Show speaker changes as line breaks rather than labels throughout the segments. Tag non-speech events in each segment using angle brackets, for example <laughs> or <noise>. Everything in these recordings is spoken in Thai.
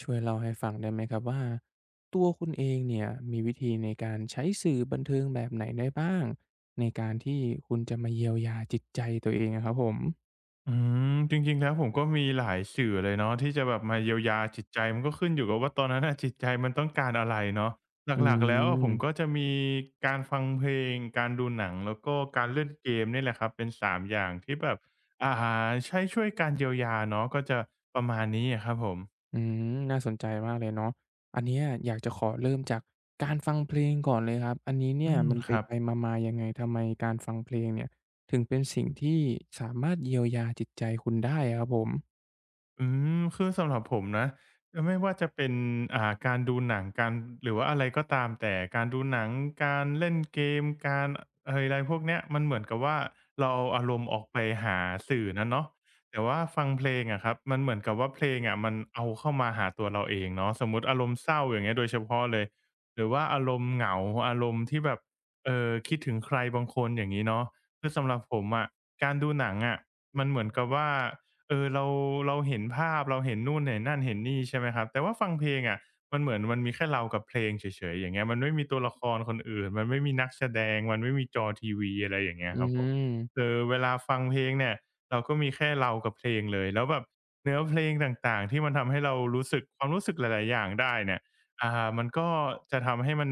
ช่วยเล่าให้ฟังได้ไหมครับว่าตัวคุณเองเนี่ยมีวิธีในการใช้สื่อบันเทิงแบบไหนได้บ้างในการที่คุณจะมาเยียวยาจิตใจตัวเองอะครับผม
อืจริงๆแล้วผมก็มีหลายสื่อเลยเนาะที่จะแบบมาเยียวยาจิตใจมันก็ขึ้นอยู่กับว่าตอนนั้นน่ะจิตใจมันต้องการอะไรเนาะ
อื
หลักๆแล้วอะผมก็
ม
จะมีการฟังเพลงการดูหนังแล้วก็การเล่นเกมนี่แหละครับเป็นสามอย่างที่แบบอ่าใช้ช่วยการเยียวยาเนาะก็จะประมาณนี้อะครับผม
อืมน่าสนใจมากเลยเนาะอันเนี้ยอยากจะขอเริ่มจากการฟังเพลงก่อนเลยครับอันนี้เนี่
อื
ย
ม
มันไป
ครับ
ไปมาๆยังไงทำไมการฟังเพลงเนี่ยถึงเป็นสิ่งที่สามารถเยียวยาจิตใจคุณได้อะครับผม
อืคือสำหรับผมนะ่ไม่ว่าจะเป็นการดูหนังการหรือว่าอะไรก็ตามแต่การดูหนังการเล่นเกมการเอยอะไรพวกเนี้ยมันเหมือนกับว่าเราเอาอารมณ์ออกไปหาสื่อนั้นเนาะแต่ว่าฟังเพลงอะครับมันเหมือนกับว่าเพลงอะมันเอาเข้ามาหาตัวเราเองเนาะสมมุติอารมณ์เศร้าอย่างเงี้ยโดยเฉพาะเลยหรือว่าอารมณ์เหงาอารมณ์ที่แบบคิดถึงใครบางคนอย่างงี้เนาะคือสำหรับผมอะการดูหนังอะมันเหมือนกับว่า เออเราเห็นภาพเราเห็นนู่นเห็นนั่นเห็นนี่ใช่ไหมครับแต่ว่าฟังเพลงอะมันเหมือนมันมีแค่เรากับเพลงเฉยๆอย่างเงี้ยมันไม่มีตัวละครคนอื่นมันไม่มีนักแสดงมันไม่มีจอทีวีอะไรอย่างเงี้ย
อื
ครับผมเอ
ม
อเวลาฟังเพลงเนี่ยเราก็มีแค่เรากับเพลงเลยแล้วแบบเนื้อเพลงต่างๆที่มันทำให้เรารู้สึกความรู้สึกหลายๆอย่างได้เนี่ยมันก็จะทำให้มัน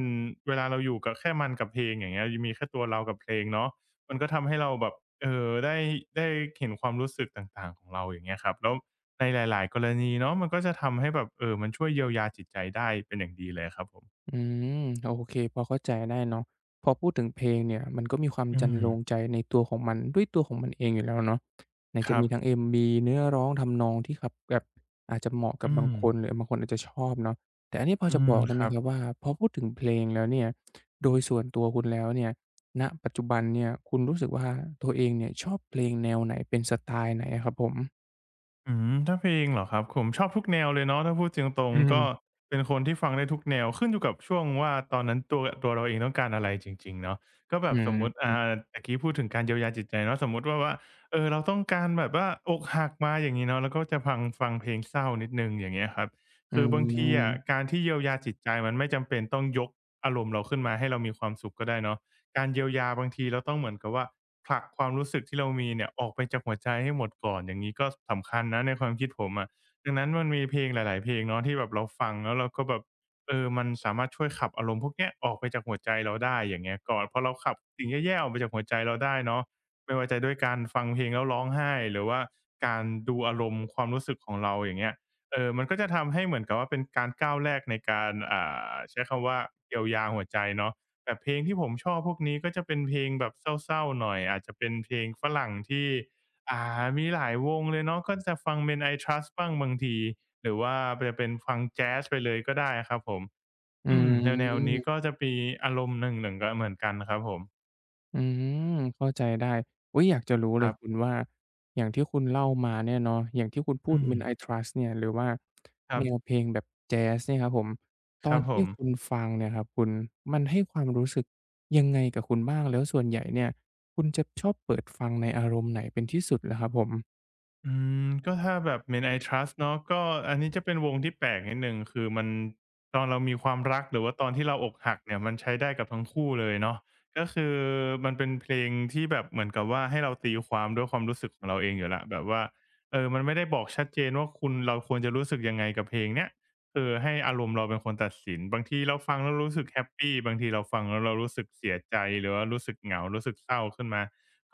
เวลาเราอยู่กับแค่มันกับเพลงอย่างเงี้ยมีแค่ตัวเรากับเพลงเนาะ มันก็ทำให้เราแบบเออได้ได้เห็นความรู้สึกต่างๆของเราอย่างเงี้ยครับแล้วในหลายๆกรณีเนาะมันก็จะทำให้แบบเออมันช่วยเยียวยาจิตใจได้เป็นอย่างดีเลยครับผม
อืมโอเคพอเข้าใจได้เนาะพอพูดถึงเพลงเนี่ยมันก็มีความจ
อื
รร
ม
โลงใจในตัวของมันด้วยตัวของมันเองอยู่แล้วเนาะไหน
ค
จะ
รับ
มีทั้ง MV เนื้อร้องทำนองที่ขับแบบอาจจะเหมาะกับ
อื
บาง
ม
คนหรือบางคนอาจจะชอบเนาะแต่อันนี้พอ
อื
จะ
ม
บอกได้
ค
ไหม
รับ
ครับว่าพอพูดถึงเพลงแล้วเนี่ยโดยส่วนตัวคุณแล้วเนี่ยณปัจจุบันเนี่ยคุณรู้สึกว่าตัวเองเนี่ยชอบเพลงแนวไหนเป็นสไตล์ไหนอะครับผม
ถ้าเพลงเหรอครับผมชอบทุกแนวเลยเนาะถ้าพูดจริงตรง
อื
ก็
ม
เป็นคนที่ฟังได้ทุกแนวขึ้นอยู่กับช่วงว่าตอนนั้นตัวเราเองต้องการอะไรจริงๆเนาะก็แบ
อื
บสมมุติ
ม
ตะกี้พูดถึงการเยียวยาจิตใจเนาะสมมุติว่าเออเราต้องการแบบว่าอกหักมาอย่างงี้เนาะแล้วก็จะฟังเพลงเศร้านิดหนึ่งอย่างเงี้ยครับ
อื
คือบางทีอะ
ม
การที่เยียวยาจิตใจมันไม่จำเป็นต้องยกอารมณ์เราขึ้นมาให้เรามีความสุขก็ได้เนาะ การเยียวยาบางทีเราต้องเหมือนกับว่าผลักความรู้สึกที่เรามีเนี่ยออกไปจากหัวใจให้หมดก่อนอย่างงี้ก็สำคัญนะในความคิดผมอะดังนั้นมันมีเพลงหลายๆเพลงเนาะที่แบบเราฟังแล้วเราก็แบบเออมันสามารถช่วยขับอารมณ์พวกเนี้ยออกไปจากหัวใจเราได้อย่างเงี้ยก่อนพอเราขับสิ่งแย่ๆ ออกไปจากหัวใจเราได้เนาะไม่ว่าจะด้วยการฟังเพลงแล้วร้องไห้หรือว่าการดูอารมณ์ความรู้สึกของเราอย่างเงี้ยเออมันก็จะทำให้เหมือนกับว่าเป็นการก้าวแรกในการใช้คำว่าเยียวยาหัวใจเนาะ แต่เพลงที่ผมชอบพวกนี้ก็จะเป็นเพลงแบบเศร้าๆหน่อยอาจจะเป็นเพลงฝรั่งที่อ่ามีหลายวงเลยเนาะก็จะฟัง Men I Trust บ้างบางทีหรือว่าจะเป็นฟังแจ๊สไปเลยก็ได้ครับผม
อื
อืมแนวๆนี้ก็
ม
จะมีอารมณ์หนึ่งๆก็เหมือนกันครับผม
อืมเข้าใจได้อุ๊ยอยากจะรู้
ค
เลย
รั
คุณ
บ
ว่าอย่างที่คุณเล่ามาเนี่ยเนาะอย่างที่คุณพูด
อืม
ม e n I Trust" เนี่ยหรือว่า
ครั
แน
บ
วเพลงแบบแจ๊สเนี่ยครับผมต
ค
อ
รั
น
บผ
ที่
ม
คุณฟังเนี่ยครับคุณมันให้ความรู้สึกยังไงกับคุณบ้างแล้วส่วนใหญ่เนี่ยคุณจะชอบเปิดฟังในอารมณ์ไหนเป็นที่สุดเหรอครับผม
อืก็ถ้าแบบ Men I Trust เนาะก็อันนี้จะเป็นวงที่แปลกนิดหนึ่งคือมันตอนเรามีความรักหรือว่าตอนที่เราอกหักเนี่ยมันใช้ได้กับทั้งคู่เลยเนาะก็คือมันเป็นเพลงที่แบบเหมือนกับว่าให้เราตีความด้วยความรู้สึกของเราเองอยู่แล้วแบบว่าเออมันไม่ได้บอกชัดเจนว่าคุณเราควรจะรู้สึกยังไงกับเพลงเนี้ยคือให้อารมณ์เราเป็นคนตัดสินบางทีเราฟังแล้วรู้สึกแฮปปีบางทีเราฟังแล้วเรารู้สึกเสียใจหรือว่ารู้สึกเหงารู้สึกเศร้าขึ้นมา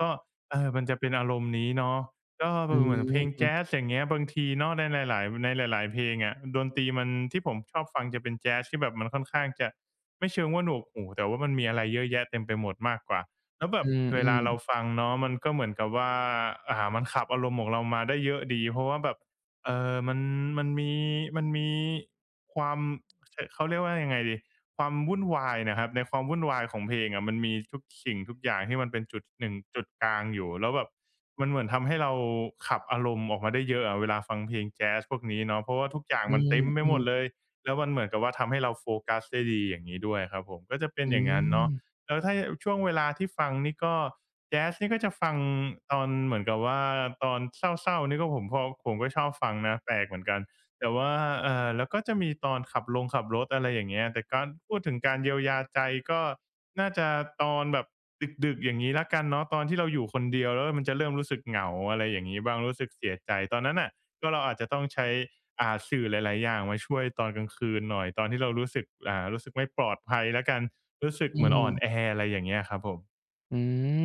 ก็เออมันจะเป็นอารมณ์นี้เนาะ ก็
อื
เหมือนเพลง
ม
แจ๊สอย่างเงี้ยบางทีเนาะในหลายๆในหลายๆเพลงอะดนตรีมันที่ผมชอบฟังจะเป็นแจ๊สที่แบบมันค่อนข้างจะไม่เชิงว่าหนวกหูแต่ว่ามันมีอะไรเยอะแยะเต็มไปหมดมากกว่าแล้วแบ
อื
บเวลา
ม
เรา
ๆ
ฟังเนาะมันก็เหมือนกับว่ามันขับอารมณ์ของเรามาได้เยอะดีเพราะว่าแบบมันมันมีมันมีความเขาเรียกว่ายังไงดี ความวุ่นวายนะครับในความวุ่นวายของเพลงอะมันมีทุกสิ่งทุกอย่างที่มันเป็นจุดหนึ่งจุดกลางอยู่แล้วแบบมันเหมือนทำให้เราขับอารมณ์ออกมาได้เยอะอะเวลาฟังเพลงแจ๊สพวกนี้เนาะเพราะว่าทุกอย่าง
อื
มันเต็มไปหมด
ม
เล
ๆ
ยแล้วมันเหมือนกับว่าทำให้เราโฟกัสได้ดีอย่างงี้ด้วยครับผมก็จะเป็น
อื
อย่างงั้น
ม
เนาะ
ๆ
แล้วถ้าช่วงเวลาที่ฟังนี่ก็แจ๊สนี่ก็จะฟังตอนเหมือนกับว่าตอนเศร้าๆนี่ก็ผมก็ชอบฟังนะแปลกเหมือนกัน แต่ว่าแล้วก็จะมีตอนขับลงขับรถอะไรอย่างเงี้ยแต่การพูดถึงการเยียวยาใจก็น่าจะตอนแบบดึกๆอย่างงี้แล้วกันเนาะตอนที่เราอยู่คนเดียวแล้วมันจะเริ่มรู้สึกเหงาอะไรอย่างงี้บ้างรู้สึกเสียใจตอนนั้นน่ะก็เราอาจจะต้องใช้สื่อหลายๆอย่างมาช่วยตอนกลางคืนหน่อยตอนที่เรารู้สึกรู้สึกไม่ปลอดภัยแล้วกันรู้สึก
อื
เหมือน
ม
อ่อนแออะไรอย่างเงี้ยครับผม
อื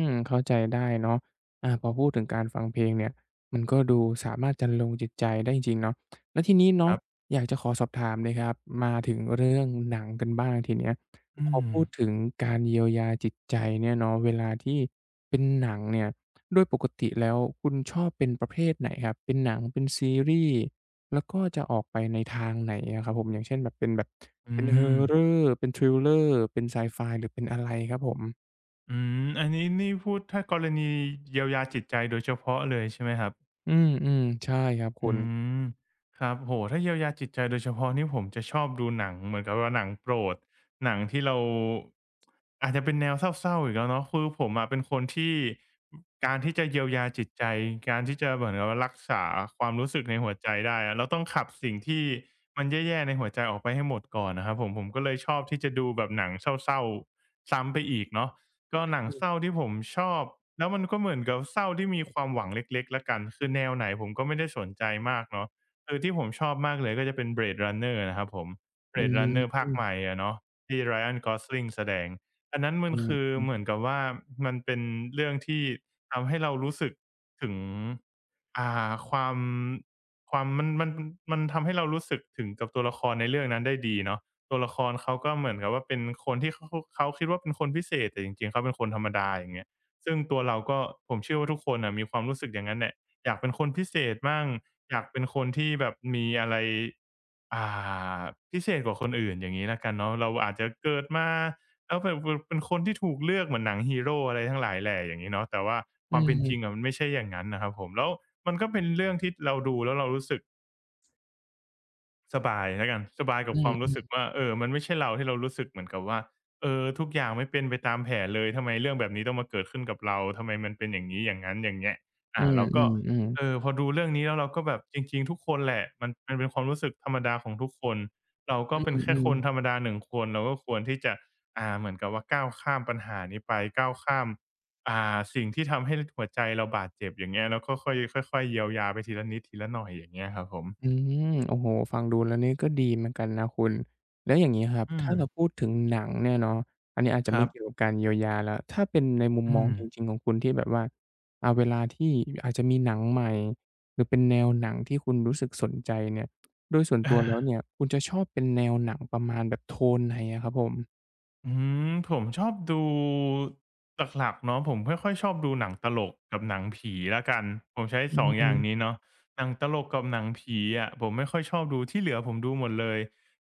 มเข้าใจได้เนาะพอพูดถึงการฟังเพลงเนี่ยมันก็ดูสามารถจรรโลงจิตใจได้จริงๆเนาะแล้วทีนี้
ค
เนาะ
รับ
อยากจะขอสอบถามเลยครับมาถึงเรื่องหนังกันบ้างทีเนี้ย
อื
พอ
ม
พูดถึงการเยียวยาจิตใจเนี่ยเนาะเวลาที่เป็นหนังเนี่ยโดยปกติแล้วคุณชอบเป็นประเภทไหนครับเป็นหนังเป็นซีรีส์แล้วก็จะออกไปในทางไหนอะครับผมอย่างเช่นแบบ
อื
เป็น
ม
horror เป็น thriller เป็นไซไฟหรือเป็นอะไรครับผม
อืมอันนี้นี่พูดถ้ากรณีเยียวยาจิตใจโดยเฉพาะเลยใช่ไหมครับ
อืมอืมใช่ครับคุ
อื
ณ
มครับโหถ้าเยียวยาจิตใจโดยเฉพาะนี่ผมจะชอบดูหนังเหมือนกับว่าหนังโปรดหนังที่เราอาจจะเป็นแนวเศร้าๆอีกแล้วเนาะคือผมอะเป็นคนที่การที่จะเยียวยาจิตใจการที่จะเหมือนกับว่ารักษาความรู้สึกในหัวใจได้อะเราต้องขับสิ่งที่มันแย่ๆในหัวใจออกไปให้หมดก่อนนะครับผมผมก็เลยชอบที่จะดูแบบหนังเศร้าๆซ้ำไปอีกเนาะ ก็หนัง
อื
เศร้า
ม
ที่ผมชอบแล้วมันก็เหมือนกับเศร้าที่มีความหวังเล็กๆแล้วกันคือแนวไหนผมก็ไม่ได้สนใจมากเนาะคือที่ผมชอบมากเลยก็จะเป็น Blade Runner นะครับผม
อื
Blade
ม
Runner
อื
ภาค
ม
ใหม่อะเนาะที่ Ryan Gosling แสดงอันนั้นมั
อื
นคือเห
ม
มือนกับว่ามันเป็นเรื่องที่ทำให้เรารู้สึกถึงอ่าความความมันมันทำให้เรารู้สึกถึงกับตัวละครในเรื่องนั้นได้ดีเนาะ ตัวละครเขาก็เหมือนกับว่าเป็นคนที่เขาคิดว่าเป็นคนพิเศษแต่จริงๆเขาเป็นคนธรรมดาอย่างเงี้ยซึ่งตัวเราก็ผมเชื่อว่าทุกคนน่ะมีความรู้สึกอย่างนั้นแหละอยากเป็นคนพิเศษมั่งอยากเป็นคนที่แบบมีอะไรอ่าพิเศษกว่าคนอื่นอย่างงี้แล้วกันเนาะเราอาจจะเกิดมาแล้วแบบเป็นคนที่ถูกเลือกเหมือนหนังฮีโรอะไรทั้งหลายแหล่อย่างงี้เนาะแต่ว่าค
อื
วามเป็นจริ
ม
งอะมันไม่ใช่อย่างนั้นนะครับผมแล้วมันก็เป็นเรื่องที่เราดูแล้วเรารู้สึก สบายแล้วกันสบายกับ
อื
ความรู้สึก
ม
ว่าเออมันไม่ใช่เราที่เรารู้สึกเหมือนกับว่าเออทุกอย่างไม่เป็นไปตามแผนเลยทำไมเรื่องแบบนี้ต้องมาเกิดขึ้นกับเราทำไมมันเป็นอย่างงี้อย่างงั้นอย่างเงี้ย
อืม
เรา
อื
ก็
มอื
เออพอดูเรื่องนี้แล้วเราก็แบบจริงๆทุกคนแหละมันเป็นความรู้สึกธรรมดาของทุกคนเราก็เป็นแค่
ม
คนธรรมดาหนึ่งคนเราก็ควรที่จะเหมือนกับว่าก้าวข้ามปัญหานี้ไปก้าวข้ามสิ่งที่ทำให้หัวใจเราบาดเจ็บอย่างเงี้ยแล้วก็ค่อยค่อยๆเยียวยาไปทีละนิดทีละหน่อยอย่างเงี้ยครับผม
อืมโอ้โฮฟังดูแล้วนี่ก็ดีเหมือนกันนะคุณแล้วอย่างงี้ครับ
อื
ถ้า
ม
เราพูดถึงหนังเนี่ยเนาะอันนี้อาจจะ
ครั
ไม่
บ
เกี่ยวกับการเยียวยาแล้วถ้าเป็นในมุมม
อื
อง
ม
จริงๆของคุณที่แบบว่าเวลาที่อาจจะมีหนังใหม่หรือเป็นแนวหนังที่คุณรู้สึกสนใจเนี่ยโดยส่วน
<coughs>
ตัว
อา
แล้วเนี่ยคุณจะชอบเป็นแนวหนังประมาณแบบโทนไหนอะครับผม
อืมผมชอบดูหลักๆเนาะผมไม่ค่อยชอบดูหนังตลกกับหนังผีแล้วกันผมใช้
อื
สองอย่างนี้
ม
เนาะหนังตลกกับหนังผีอะผมไม่ค่อยชอบดูที่เหลือผมดูหมดเลย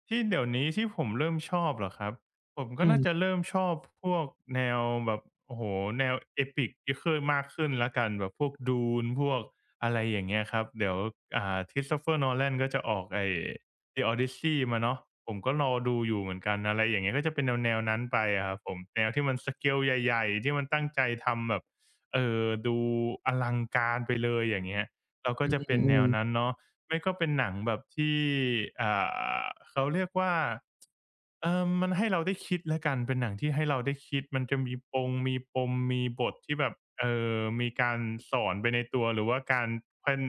ที่เดี๋ยวนี้ที่ผมเริ่มชอบเหรอครับผมก็
อื
น่าจะ
ม
เริ่มชอบพวกแนวแบบโอ้โฮแนว epic เยอะขึ้นมากขึ้นแล้วกันแบบพวก Dune พวกอะไรอย่างเงี้ยครับเดี๋ยวChristopher Nolan ก็จะออกไอ้ The Odyssey มาเนาะผมก็รอดูอยู่เหมือนกันอะไรอย่างเงี้ยก็จะเป็นแนวๆนั้นไปอะครับผมแนวที่มันสเกลใหญ่ๆที่มันตั้งใจทำแบบดูอลังการไปเลยอย่างเงี้ยเราก็
อื
จะเป็นแน
อ
วนั้น
ๆ
เนาะไม่ก็เป็นหนังแบบที่อ่าเขาเรียกว่ามันให้เราได้คิดแล้วกันเป็นหนังที่ให้เราได้คิดมันจะมีปงมีปมมีบทที่แบบมีการสอนไปในตัวหรือว่าการเป็น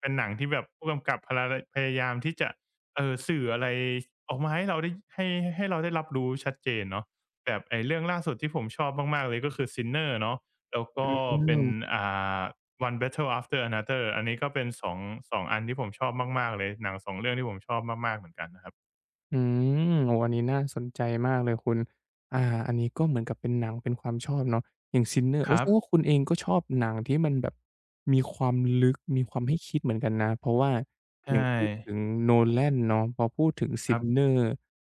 เป็นหนังที่แบบผู้กำกับพยายามที่จะ เออสื่ออะไรออกมาให้เราได้ให้ให้เราได้รับรู้ชัดเจนเนาะแบบไอ้เรื่องล่าสุดที่ผมชอบมากๆเลยก็คือ Sinner เนาะแล้ว
อื
ก็เป็น
ม
อ่า One Battle After Another อันนี้ก็เป็นสองอันที่ผมชอบมากๆเลยหนังสองเรื่องที่ผมชอบมากๆเหมือนกันนะครับ
อืมโอ้อันนี้น่าสนใจมากเลยคุณอ่าอันนี้ก็เหมือนกับเป็นหนังเป็นความชอบเนาะอย่าง Sinner
ค
โอ้แส
รับ
ดงว่าคุณเองก็ชอบหนังที่มันแบบมีความลึกมีความให้คิดเหมือนกันนะเพราะว่าอย่าง
ใช่
พูดถึง Nolan เนาะพอพูดถึง
ครับ
Sinner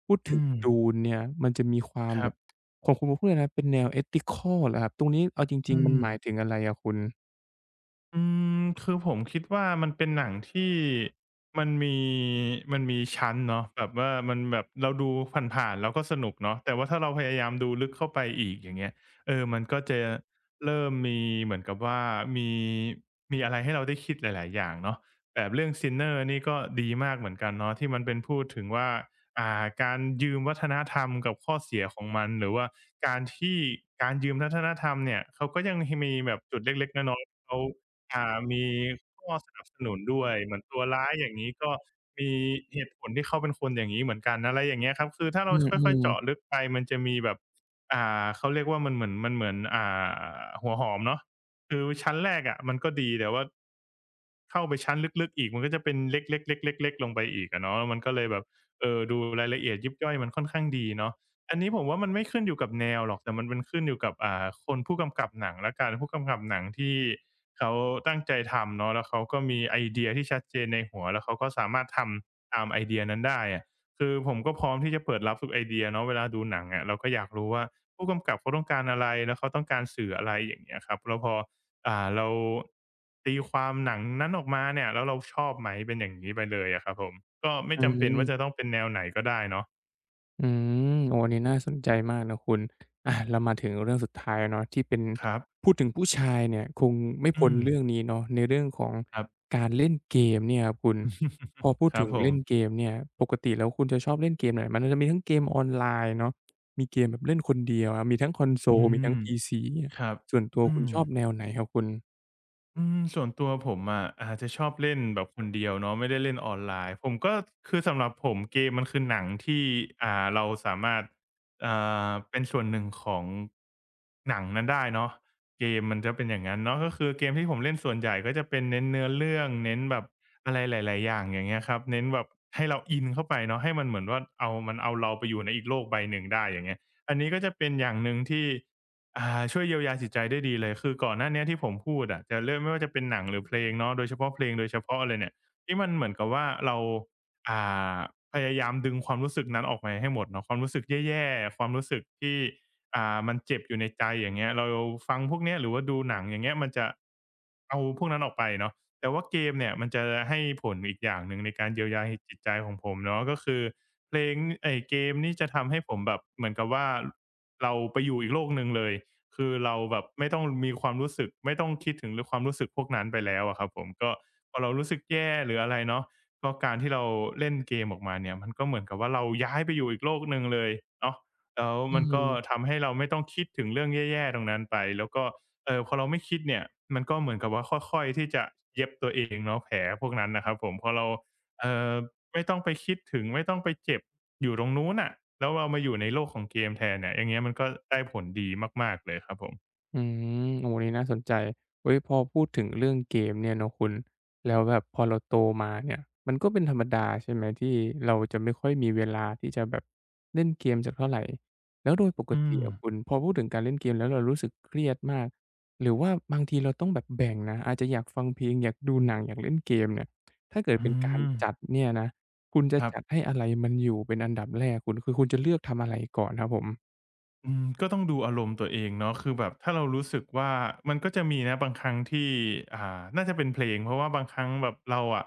พูดถึ
อื
ง
ม
Dune เนี่ยมันจะมีความ
ค
แบ
รั
บ
บ
ของคุณพูดเลยนะเป็นแนว ethical เหรอครับตรงนี้เอาจริง
อื
ๆมัน
ม
หมายถึงอะไรอะคุณ
อืมคือผมคิดว่ามันเป็นหนังที่มีมันมีชั้นเนาะแบบว่ามันแบบเราดูผ่านๆแล้วก็สนุกเนาะแต่ว่าถ้าเราพยายามดูลึกเข้าไปอีกอย่างเงี้ยเออมันก็จะเริ่มมีเหมือนกับว่ามีมีอะไรให้เราได้คิดหลายๆอย่างเนาะแบบเรื่อง Sinner นี่ก็ดีมากเหมือนกันเนาะที่มันเป็นพูดถึงว่าการยืมวัฒนธรรมกับข้อเสียของมันหรือว่าการที่การยืมวัฒนธรรมเนี่ยเขาก็ยังหมีแบบจุดเล็กๆน้อยๆเขา มีข้อสนับสนุนด้วยเหมือนตัวร้ายอย่างนี้ก็มีเหตุผลที่เขาเป็นคนอย่างนี้เหมือนกันอะไรอย่างเงี้ยครับคือถ้า
อื
เราค่อย
ม
ๆเจาะ
ๆ
ลึกไปมันจะมีแบบเขาเรียกว่ามันเหมือนอ่าหัวหอมเนาะคือชั้นแรกอะมันก็ดีแต่ว่าเข้าไปชั้นลึกๆอีกมันก็จะเป็นเล็กๆๆๆๆลงไปอีกอะเนาะมันก็เลยแบบดูรายละเอียดยิบย่อยมันค่อนข้างดีเนาะอันนี้ผมว่ามันไม่ขึ้นอยู่กับแนวหรอกแต่มันเป็นขึ้นอยู่กับอ่าคนผู้กำกับหนังแล้วกันผู้กำกับหนังที่ เขาตั้งใจทำเนาะแล้วเขาก็มีไอเดียที่ชัดเจนในหัวแล้วเขาก็สามารถทำตามไอเดียนั้นได้อะคือผมก็พร้อมที่จะเปิดรับทุกไอเดียเนาะเวลาดูหนังอะเราก็อยากรู้ว่าผู้กำกับเขาต้องการอะไรแล้วเขาต้องการสื่ออะไรอย่างเงี้ยครับแล้วพอเราตีความหนังนั้นออกมาเนี่ยแล้วเราชอบไหมเป็นอย่างงี้ไปเลยอะครับผมก็ไม่
อื
จำเป็นว่าจะ
ม
ต้องเป็นแนวไหนก็ได้เนาะ
อืมโอ้อันนี้น่าสนใจมากนะคุณอาเรามาถึงเรื่องสุดท้ายเนาะที่เป็น
ครับ
พูดถึงผู้ชายเนี่ยคงไม่
อื
พ้น
ม
เรื่องนี้เนาะในเรื่องของ
ครับ
การเล่นเกมเนี่ยครับคุณพ
<laughs>
อพูด
ครั
ถึ
บ
ง
ผม
เล่นเกมเนี่ยปกติแล้วคุณจะชอบเล่นเกมไหนมันจะมีทั้งเกมออนไลน์เนาะมีเกมแบบเล่นคนเดียวอะมีทั้งคอนโซ
อื
ลมี
ม
ทั้งพีซีย
ครับ
ส่วนตัว
อื
คุณ
ม
ชอบแนวไหนครับคุณ
อืมส่วนตัวผมอะอาจจะชอบเล่นแบบคนเดียวเนาะไม่ได้เล่นออนไลน์ผมก็คือสำหรับผมเกมมันคือหนังที่เราสามารถอ่เป็นส่วนหนึ่งของหนังนั้นได้เนาะเกมมันจะเป็นอย่างงั้นเนาะก็คือเกมที่ผมเล่นส่วนใหญ่ก็จะเป็นเน้นเนื้อเรื่องเน้นแบบอะไรหลายๆอย่างอย่างเงี้ยครับเน้นแบบให้เราอินเข้าไปเนาะให้มันเหมือนว่าเอามันเอาเราไปอยู่ในอีกโลกใบหนึ่งได้อย่างเงี้ยอันนี้ก็จะเป็นอย่างหนึ่งที่ ช่วยเยียวยาจิตใจได้ดีเลยคือก่อนหน้าเนี้ยที่ผมพูดอะจะเรื่องไม่ว่าจะเป็นหนังหรือเพลงเนาะโดยเฉพาะเพลงโดยเฉพาะเลยเนี่ยที่มันเหมือนกับว่าเราอ่าพยายามดึงความรู้สึกนั้นออกมาให้หมดเนาะความรู้สึกแย่ๆความรู้สึกที่มันเจ็บอยู่ในใจอย่างเงี้ยเราฟังพวกเนี้ยหรือว่าดูหนังอย่างเงี้ยมันจะเอาพวกนั้นออกไปเนาะแต่ว่าเกมเนี่ยมันจะให้ผลอีกอย่างหนึ่งในการเยียวยาหจิตใจของผมเนาะก็คือเพลงไอ้เกมนี่จะทำให้ผมแบบเหมือนกับว่าเราไปอยู่อีกโลกหนึ่งเลย คือเราแบบไม่ต้องมีความรู้สึกไม่ต้องคิดถึงเรื่องความรู้สึกพวกนั้นไปแล้วอะครับผมก็พอเรารู้สึกแย่หรืออะไรเนาะก็การที่เราเล่นเกมออกมาเนี่ยมันก็เหมือนกับว่าเราย้ายไปอยู่อีกโลกหนึ่งเลยเนาะแล้ว
อื
มันก็
ม
ทำให้เราไม่ต้องคิดถึงเรื่องแย่ๆตรงนั้นไปแล้วก็พอเราไม่คิดเนี่ยมันก็เหมือนกับว่าค่อยๆที่จะเย็บตัวเองเนาะแผลพวกนั้นน่ะครับผมพอเราเอ่อไม่ต้องไปคิดถึงไม่ต้องไปเจ็บ อยู่ตรงนู้นน่ะ แล้วเรามาอยู่ในโลกของเกมแทนเนี่ย อย่างเงี้ยมันก็ได้ผลดีมากๆเลยครับผม
อืมโอ้โฮนี่น่าสนใจเฮ้ยพอพูดถึงเรื่องเกมเนี่ยเนาะคุณแล้วแบบพอเราโตมาเนี่ยมันก็เป็นธรรมดาใช่ไหมที่เราจะไม่ค่อยมีเวลาที่จะแบบเล่นเกมสักเท่าไรแล้วโดยปก
อื
ติ
ม
อะคุณพอพูดถึงการเล่นเกมแล้วเรารู้สึกเครียดมากหรือว่าบางทีเราต้องแบบแบ่งนะอาจจะอยากฟังเพลงอยากดูหนังอยากเล่นเกมเนี่ยถ้าเกิด
อื
เป็นการ
ม
จัดเนี่ยนะคุณจะ
ครั
จัด
บ
ให้อะไรมันอยู่เป็นอันดับแรกคุณคือคุณจะเลือกทำอะไรก่อนครับผม
อืมก็ต้องดูอารมณ์ตัวเองเนาะคือแบบถ้าเรารู้สึกว่ามันก็จะมีนะบางครั้งที่น่าจะเป็นเพลงเพราะว่าบางครั้งแบบเราอะ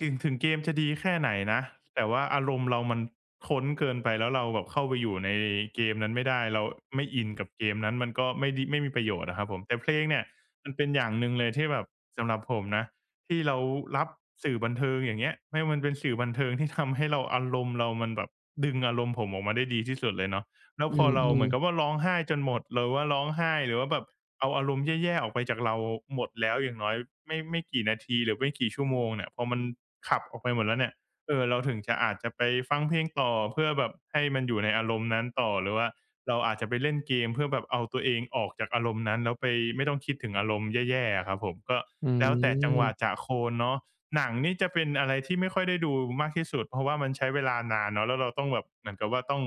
ถึงเกมจะดีแค่ไหนนะแต่ว่าอารมณ์เรามันข้นเกินไปแล้วเราแบบเข้าไปอยู่ในเกมนั้นไม่ได้เราไม่อินกับเกมนั้นมันก็ไม่ดิไม่มีประโยชน์อะครับผมแต่เพลงเนี่ยมันเป็นอย่างหนึ่งเลยที่แบบสำหรับผมนะที่เรารับสื่อบันเทิงอย่างเงี้ยไม่ว่ามันเป็นสื่อบันเทิงที่ทำให้เราอารมณ์เรามันแบบดึงอารมณ์ผมออกมาได้ดีที่สุดเลยเนาะ แล้ว
อื
พอเราเห
ม
มือนกับว่า
ๆ
ร้องไห้จนหมดหรือว่าร้องไห้หรือว่าแบบเอาอารมณ์แย่ๆออกไปจากเราหมดแล้วอย่างน้อยไม่กี่นาทีหรือไม่กี่ชั่วโมงเนี่ยพอมันขับออกไปหมดแล้วเนี่ยเออเราถึงจะอาจจะไปฟังเพลงต่อเพื่อแบบให้มันอยู่ในอารมณ์นั้นต่อหรือว่าเราอาจจะไปเล่นเกมเพื่อแบบเอาตัวเองออกจากอารมณ์นั้นแล้วไปไม่ต้องคิดถึงอารมณ์แย่ๆอะครับผมก็
อื
แล้วแต่จังหวะ
ม
จะโคนเนาะ หนังนี่จะเป็นอะไรที่ไม่ค่อยได้ดูมากที่สุดเพราะว่ามันใช้เวลานานเนาะแล้วเราต้องแบบเหมือนกับว่าต้อง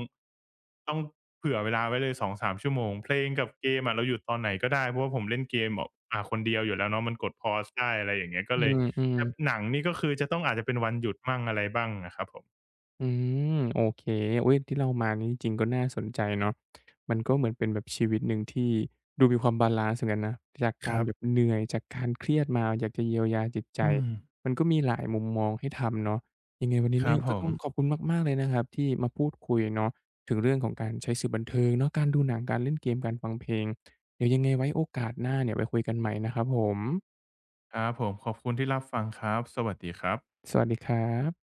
ต้องเผื่อเวลาไว้เลย2-3ชั่วโมงเพลงกับเกมอะเราหยุดตอนไหนก็ได้เพราะว่าผมเล่นเกมแบบคนเดียวอยู่แล้วเนาะมันกด pause ได้อะไรอย่างเงี้ยก็
อื
เลย
ม
แต่
ๆ
หนังนี่ก็คือจะต้องอาจจะเป็นวันหยุดมั่งอะไรบ้างอะครับผม
อืมโอเคอุ๊ยที่เล่ามานี่จริงๆก็น่าสนใจเนาะมันก็เหมือนเป็นแบบชีวิตหนึ่งที่ดูมีความบาลันซ์เหมือนกันนะจาก
ค
การ
รั
แบบ
บ
เหนื่อยจากการเครียดมาอยากจะเยียวยาจิตใจ
อืม
มันก็มีหลายมุมมองให้ทำเนาะยังไงวันนี้
ค
เนี่
รั
ย
บผ
ก็ต้
ม
องขอบคุณมากๆเลยนะครับที่มาพูดคุยเนาะถึงเรื่องของการใช้สื่อบันเทิงเนาะการดูหนังการเล่นเกมการฟังเพลงเดี๋ยวยังไงไว้โอกาสหน้าเนี่ยไว้คุยกันใหม่นะครับผม
ครับผมขอบคุณที่รับฟังครับสวัสดีครับ
สวัสดีครับ